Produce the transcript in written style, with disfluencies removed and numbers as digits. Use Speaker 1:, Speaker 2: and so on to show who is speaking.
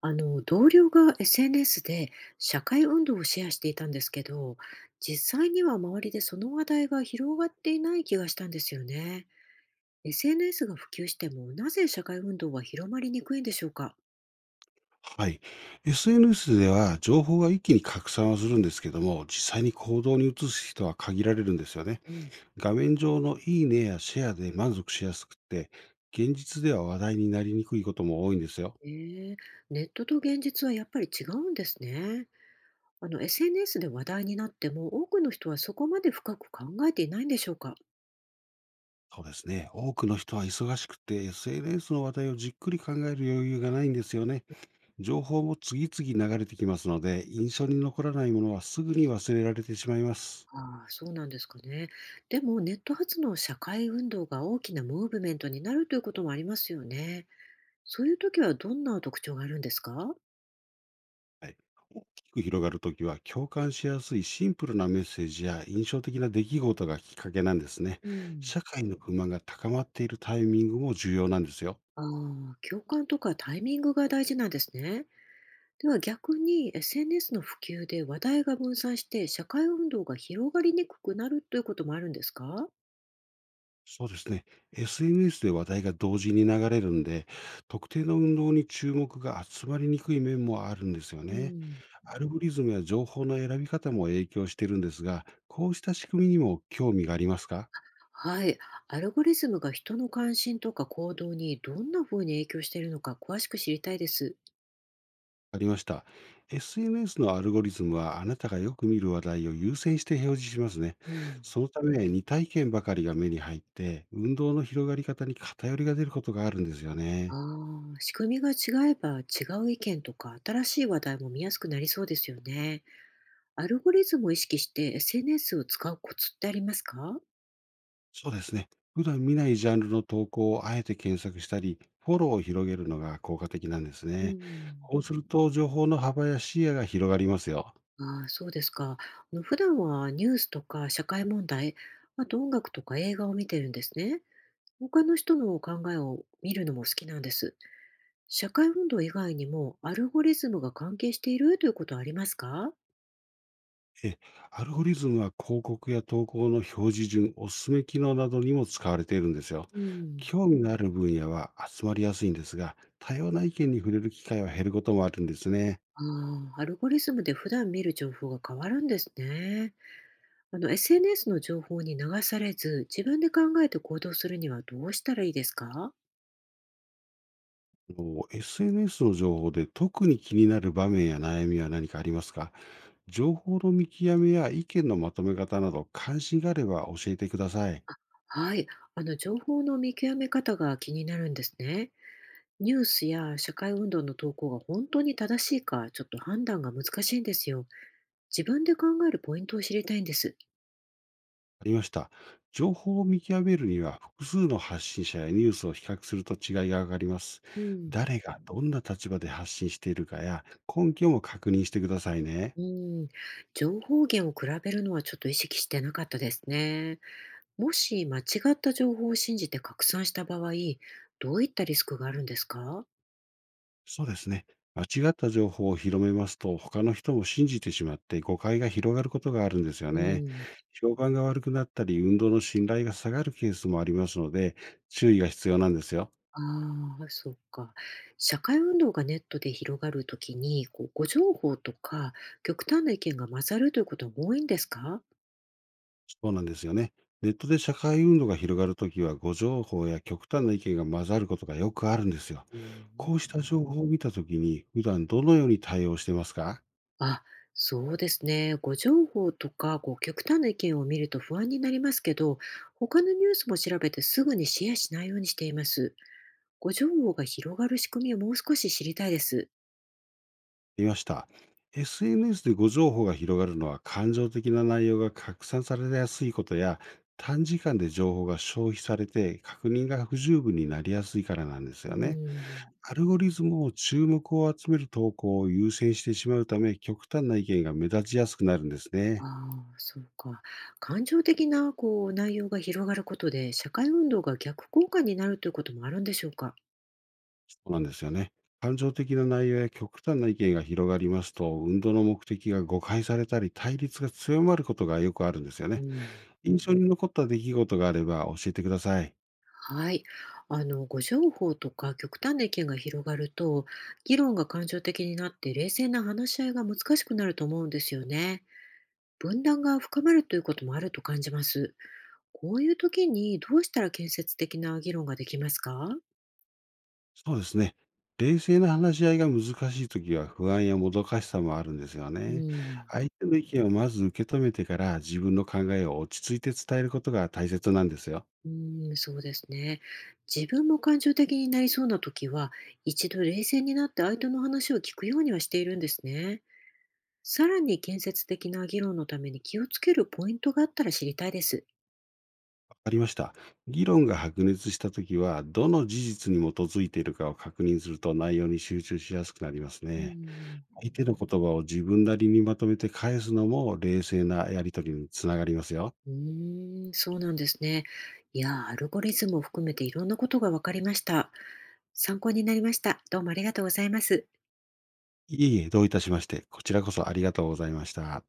Speaker 1: 同僚が SNS で社会運動をシェアしていたんですけど、実際には周りでその話題が広がっていない気がしたんですよね。SNS が普及しても、なぜ社会運動は広まりにくいんでしょうか。
Speaker 2: はい。SNS では情報が一気に拡散はするんですけども、実際に行動に移す人は限られるんですよね。
Speaker 1: うん。
Speaker 2: 画面上のいいねやシェアで満足しやすくて、現実では話題になりにくいことも多いんですよ。
Speaker 1: えー、ネットと現実はやっぱり違うんですね。SNS で話題になっても、多くの人はそこまで深く考えていないんでしょうか。
Speaker 2: そうですね。多くの人は忙しくて、SNS の話題をじっくり考える余裕がないんですよね。情報も次々流れてきますので、印象に残らないものはすぐに忘れられてしまいます。
Speaker 1: ああ、そうなんですかね。でも、ネット発の社会運動が大きなムーブメントになるということもありますよね。そういう時はどんな特徴があるんですか。
Speaker 2: はい。大きく広がるときは、共感しやすいシンプルなメッセージや印象的な出来事がきっかけなんですね。
Speaker 1: うん。
Speaker 2: 社会の不満が高まっているタイミングも重要なんですよ。
Speaker 1: ああ、共感とかタイミングが大事なんですね。では逆に SNS の普及で話題が分散して社会運動が広がりにくくなるということもあるんですか。
Speaker 2: そうですね。SNS で話題が同時に流れるんで、特定の運動に注目が集まりにくい面もあるんですよ
Speaker 1: う
Speaker 2: ね。
Speaker 1: ん。
Speaker 2: アルゴリズムや情報の選び方も影響してるんですが、こうした仕組みにも興味がありますか？
Speaker 1: はい。アルゴリズムが人の関心とか行動にどんなふうに影響しているのか詳しく知りたいです。
Speaker 2: ありました。SNS のアルゴリズムはあなたがよく見る話題を優先して表示しますね。
Speaker 1: うん。
Speaker 2: そのため似た意見ばかりが目に入って運動の広がり方に偏りが出ることがあるんですよね。
Speaker 1: ああ、仕組みが違えば違う意見とか新しい話題も見やすくなりそうですよね。アルゴリズムを意識して SNS を使うコツってありますか？
Speaker 2: そうですね。普段見ないジャンルの投稿をあえて検索したりフォローを広げるのが効果的なんです
Speaker 1: う
Speaker 2: ね。
Speaker 1: ん。
Speaker 2: こうすると情報の幅や視野が広がりますよ。
Speaker 1: ああ、そうですか。普段はニュースとか社会問題、あと音楽とか映画を見てるんですね。他の人の考えを見るのも好きなんです。社会運動以外にもアルゴリズムが関係しているということはありますか？
Speaker 2: え、アルゴリズムは広告や投稿の表示順、おすすめ機能などにも使われているんですよ。
Speaker 1: うん。
Speaker 2: 興味のある分野は集まりやすいんですが、多様な意見に触れる機会は減ることもあるんですね。
Speaker 1: ああ、アルゴリズムで普段見る情報が変わるんですね。SNS の情報に流されず、自分で考えて行動するにはどうしたらいいですか？
Speaker 2: SNS の情報で特に気になる場面や悩みは何かありますか？情報の見極めや意見のまとめ方など関心があれば教えてください。
Speaker 1: はい、あの情報の見極め方が気になるんですね。ニュースや社会運動の投稿が本当に正しいか、ちょっと判断が難しいんですよ。自分で考えるポイントを知りたいんです。
Speaker 2: ありました。情報を見極めるには、複数の発信者やニュースを比較すると違いが上がります。
Speaker 1: うん、
Speaker 2: 誰がどんな立場で発信しているかや、根拠も確認してくださいね。
Speaker 1: うん、情報源を比べるのはちょっと意識してなかったですね。もし間違った情報を信じて拡散した場合、どういったリスクがあるんですか。
Speaker 2: そうですね。間違った情報を広めますと、他の人も信じてしまって誤解が広がることがあるんですよ
Speaker 1: う
Speaker 2: ね。
Speaker 1: ん。
Speaker 2: 評判が悪くなったり、運動の信頼が下がるケースもありますので、注意が必要なんですよ。
Speaker 1: ああ、そっか。社会運動がネットで広がるときに、こう、誤情報とか極端な意見が混ざるということは多いんですか？
Speaker 2: そうなんですよね。ネットで社会運動が広がるときは、誤情報や極端な意見が混ざることがよくあるんですよ。
Speaker 1: うー
Speaker 2: こ
Speaker 1: ん。
Speaker 2: うした情報を見たときに、普段どのように対応してますか？
Speaker 1: あ、そうですね。誤情報とか、こう、極端な意見を見ると不安になりますけど、他のニュースも調べてすぐにシェアしないようにしています。誤情報が広がる仕組みをもう少し知りたいです。
Speaker 2: いました。SNS で誤情報が広がるのは、感情的な内容が拡散されやすいことや、短時間で情報が消費されて、確認が不十分になりやすいからなんです
Speaker 1: うー
Speaker 2: よね。
Speaker 1: ん。
Speaker 2: アルゴリズムを注目を集める投稿を優先してしまうため、極端な意見が目立ちやすくなるんです
Speaker 1: あ
Speaker 2: ね。
Speaker 1: あ、そうか。感情的なこう内容が広がることで、社会運動が逆効果になるということもあるんでしょうか？
Speaker 2: そうなんですよね。感情的な内容や極端な意見が広がりますと、運動の目的が誤解されたり、対立が強まることがよくあるんですよ
Speaker 1: う
Speaker 2: ね。
Speaker 1: ん。
Speaker 2: 印象に残った出来事があれば教えてください。
Speaker 1: はい。誤情報とか極端な意見が広がると、議論が感情的になって冷静な話し合いが難しくなると思うんですよね。分断が深まるということもあると感じます。こういう時にどうしたら建設的な議論ができますか？
Speaker 2: そうですね。冷静な話し合いが難しいときは不安やもどかしさもあるんですよ
Speaker 1: う
Speaker 2: ね。
Speaker 1: ん。
Speaker 2: 相手の意見をまず受け止めてから自分の考えを落ち着いて伝えることが大切なんですよ。
Speaker 1: うーん、そうですね。自分も感情的になりそうな時は、一度冷静になって相手の話を聞くようにはしているんですね。さらに建設的な議論のために気をつけるポイントがあったら知りたいです。
Speaker 2: ありました。議論が白熱したときは、どの事実に基づいているかを確認すると内容に集中しやすくなります
Speaker 1: うー
Speaker 2: ね。
Speaker 1: ん、
Speaker 2: 相手の言葉を自分なりにまとめて返すのも冷静なやりとりにつながりますよ。
Speaker 1: うそうなんですね。いやー、アルゴリズムを含めていろんなことが分かりました。参考になりました。どうもありがとうございます。
Speaker 2: いえいえ、どういたしまして、こちらこそありがとうございました。